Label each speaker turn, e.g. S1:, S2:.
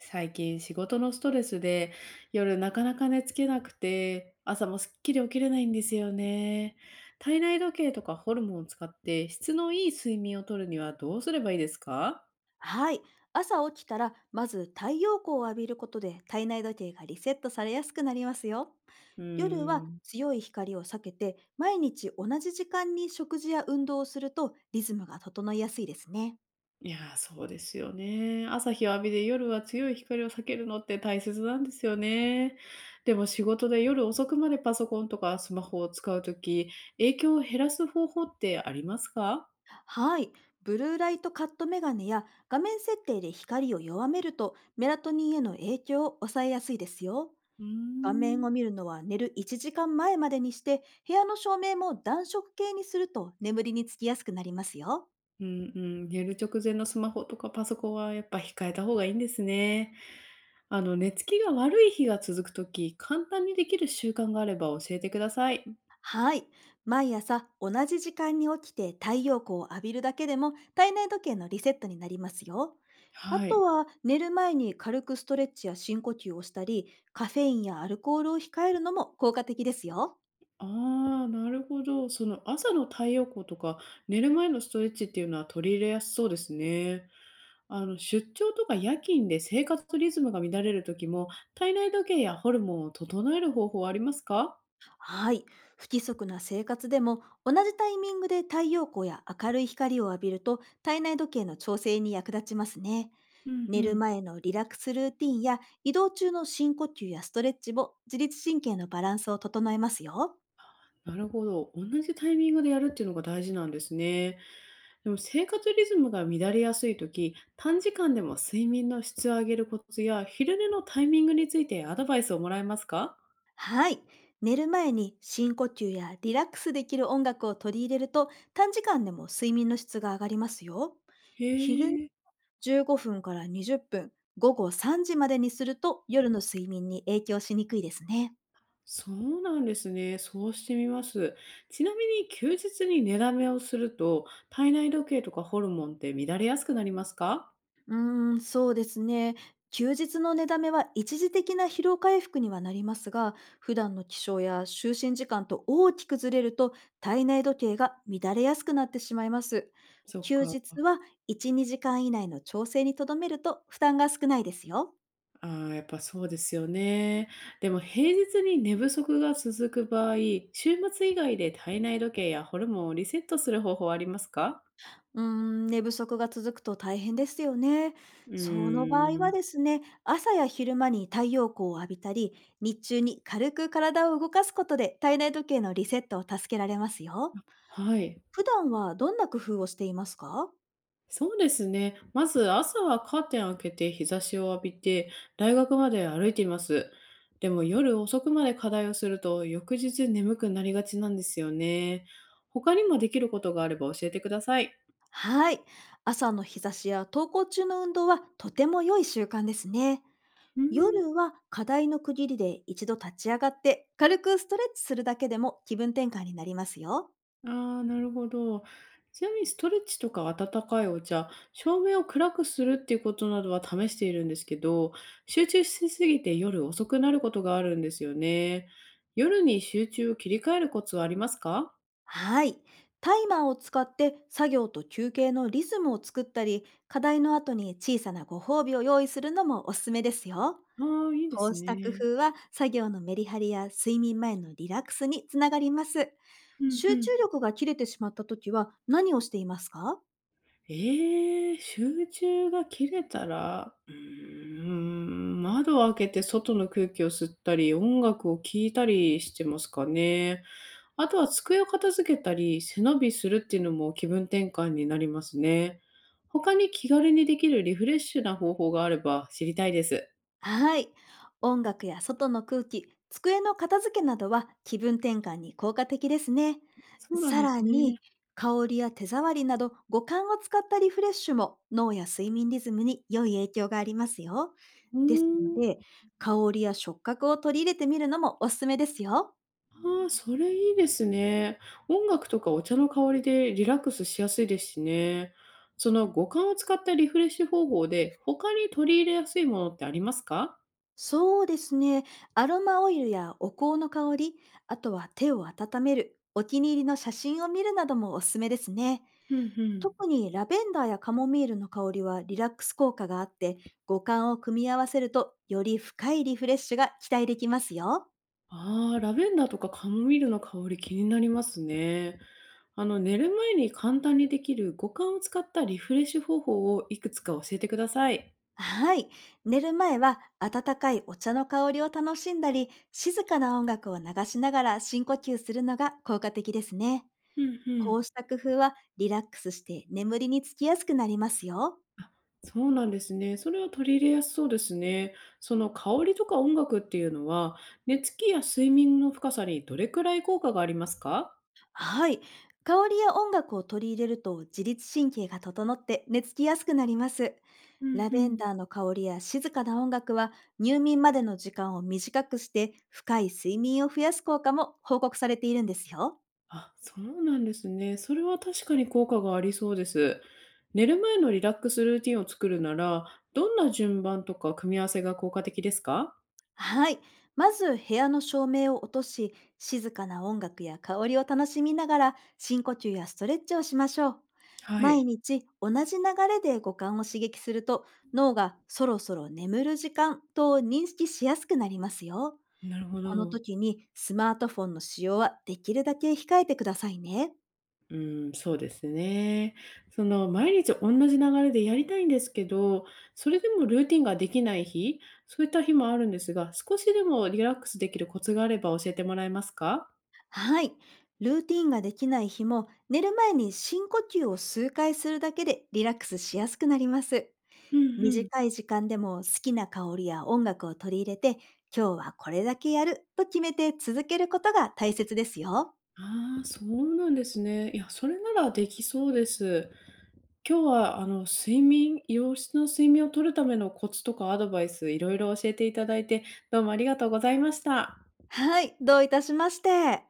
S1: 最近仕事のストレスで夜なかなか寝つけなくて朝もすっきり起きれないんですよね。体内時計とかホルモンを使って質のいい睡眠をとるにはどうすればいいですか？
S2: はい。朝起きたら、まず太陽光を浴びることで体内時計がリセットされやすくなりますよ。
S1: うー
S2: 夜は
S1: ん。
S2: 強い光を避けて、毎日同じ時間に食事や運動をするとリズムが整いやすいですね。
S1: いやー、そうですよね。朝日を浴びて夜は強い光を避けるのって大切なんですよね。でも仕事で夜遅くまでパソコンとかスマホを使うとき、影響を減らす方法ってありますか？
S2: はい。ブルーライトカットメガネや画面設定で光を弱めるとメラトニンへの影響を抑えやすいですよ。
S1: うー
S2: 画面
S1: ん。
S2: を見るのは寝る1時間前までにして、部屋の照明も暖色系にすると眠りにつきやすくなりますよ。
S1: うんうん、寝る直前のスマホとかパソコンはやっぱ控えた方がいいんですね。あの、寝つきが悪い日が続くとき、簡単にできる習慣があれば教えてください。
S2: はい。毎朝同じ時間に起きて太陽光を浴びるだけでも体内時計のリセットになりますよ。あ
S1: は
S2: と
S1: い。
S2: は寝る前に軽くストレッチや深呼吸をしたり、カフェインやアルコールを控えるのも効果的ですよ。
S1: ああ、なるほど。その朝の太陽光とか寝る前のストレッチっていうのは取り入れやすそうですね。あの、出張とか夜勤で生活リズムが乱れるときも、体内時計やホルモンを整える方法はありますか？
S2: はい。不規則な生活でも同じタイミングで太陽光や明るい光を浴びると体内時計の調整に役立ちますね。
S1: うん
S2: 寝
S1: う
S2: る
S1: ん。
S2: 前のリラックスルーティンや移動中の深呼吸やストレッチも自律神経のバランスを整えますよ。
S1: なるほど。同じタイミングでやるっていうのが大事なんですね。でも生活リズムが乱れやすいとき、短時間でも睡眠の質を上げるコツや昼寝のタイミングについてアドバイスをもらえますか？
S2: はい。寝る前に深呼吸やリラックスできる音楽を取り入れると、短時間でも睡眠の質が上がりますよ。昼
S1: へえ、
S2: 15分から20分、午後3時までにすると夜の睡眠に影響しにくいですね。
S1: そうなんですね。そうしてみます。ちなみに休日に寝だめをすると、体内時計とかホルモンって乱れやすくなりますか？
S2: うーん、そうですね。休日の寝だめは一時的な疲労回復にはなりますが、普段の起床や就寝時間と大きくずれると体内時計が乱れやすくなってしまいます。
S1: そっ
S2: 休
S1: か。
S2: 日は1、2時間以内の調整にとどめると負担が少ないですよ。
S1: ああ、やっぱそうですよね。でも平日に寝不足が続く場合、週末以外で体内時計やホルモンをリセットする方法はありますか？
S2: うーん、寝不足が続くと大変ですよね。
S1: う
S2: その場合
S1: ー
S2: は
S1: ん。
S2: ですね、朝や昼間に太陽光を浴びたり、日中に軽く体を動かすことで体内時計のリセットを助けられますよ。
S1: はい。
S2: 普段はどんな工夫をしていますか？
S1: そうですね。まず朝はカーテンを開けて日差しを浴びて、大学まで歩いています。でも夜遅くまで課題をすると、翌日眠くなりがちなんですよね。他にもできることがあれば教えてください。
S2: はい。朝の日差しや登校中の運動はとても良い習慣ですね。
S1: うーん。
S2: 夜は課題の区切りで一度立ち上がって軽くストレッチするだけでも気分転換になりますよ。
S1: ああ、なるほど。ちなみにストレッチとか温かいお茶、照明を暗くするっていうことなどは試しているんですけど、集中しすぎて夜遅くなることがあるんですよね。夜に集中を切り替えるコツはありますか？
S2: はい。タイマーを使って作業と休憩のリズムを作ったり、課題の後に小さなご褒美を用意するのもおすすめですよ。
S1: ああ、いいで
S2: こう
S1: す
S2: した工
S1: ね。
S2: 夫は作業のメリハリや睡眠前のリラックスにつながります。
S1: うん
S2: 集
S1: うん。
S2: 中力が切れてしまった時は何をしていますか？
S1: ええ、集中が切れたら、窓を開けて外の空気を吸ったり、音楽を聴いたりしてますかね。あとは机を片付けたり、背伸びするっていうのも気分転換になりますね。他に気軽にできるリフレッシュな方法があれば知りたいです。
S2: はい。音楽や外の空気、机の片付けなどは気分転換に効果的ですね。
S1: そうなん
S2: さ
S1: で
S2: ら
S1: す
S2: に、
S1: ね。
S2: 香りや手触りなど五感を使ったリフレッシュも脳や睡眠リズムに良い影響がありますよ。
S1: う
S2: ですの
S1: ー
S2: で、
S1: ん。
S2: 香りや触覚を取り入れてみるのもおすすめですよ。
S1: ああ、それいいですね。音楽とかお茶の香りでリラックスしやすいですしね。その五感を使ったリフレッシュ方法で他に取り入れやすいものってありますか？
S2: そうですね。アロマオイルやお香の香り、あとは手を温める、お気に入りの写真を見るなどもおすすめですね。
S1: うんうん。
S2: 特にラベンダーやカモミールの香りはリラックス効果があって、五感を組み合わせるとより深いリフレッシュが期待できますよ。
S1: ああ、ラベンダーとかカモミールの香り気になりますね。あの、寝る前に簡単にできる五感を使ったリフレッシュ方法をいくつか教えてください。
S2: はい。寝る前は温かいお茶の香りを楽しんだり、静かな音楽を流しながら深呼吸するのが効果的ですね。
S1: うんう
S2: こ
S1: ん。
S2: うした工夫はリラックスして眠りにつきやすくなりますよ。
S1: あ、そうなんですね。それは取り入れやすそうですね。その香りとか音楽っていうのは、寝つきや睡眠の深さにどれくらい効果がありますか？
S2: はい。香りや音楽を取り入れると自律神経が整って寝つきやすくなります。
S1: うん
S2: ラ
S1: う
S2: ベン
S1: ん。
S2: ダーの香りや静かな音楽は、入眠までの時間を短くして深い睡眠を増やす効果も報告されているんですよ。
S1: あ、そうなんですね。それは確かに効果がありそうです。寝る前のリラックスルーティンを作るなら、どんな順番とか組み合わせが効果的ですか？
S2: はい。まず部屋の照明を落とし、静かな音楽や香りを楽しみながら深呼吸やストレッチをしましょう。
S1: は
S2: 毎
S1: い。
S2: 日同じ流れで五感を刺激すると、脳がそろそろ眠る時間と認識しやすくなりますよ。
S1: なるほ
S2: この
S1: ど。
S2: 時にスマートフォンの使用はできるだけ控えてくださいね。
S1: うん、そうですね。その、毎日同じ流れでやりたいんですけど、それでもルーティンができない日、そういった日もあるんですが、少しでもリラックスできるコツがあれば教えてもらえますか？
S2: はい。ルーティンができない日も寝る前に深呼吸を数回するだけでリラックスしやすくなります。
S1: うんうん。
S2: 短い時間でも好きな香りや音楽を取り入れて、今日はこれだけやると決めて続けることが大切ですよ。
S1: ああ、そうなんですね。いや、それならできそうです。今日は睡眠良質の睡眠をとるためのコツとかアドバイス、いろいろ教えていただいて、どうもありがとうございました。
S2: はい、どういたしまして。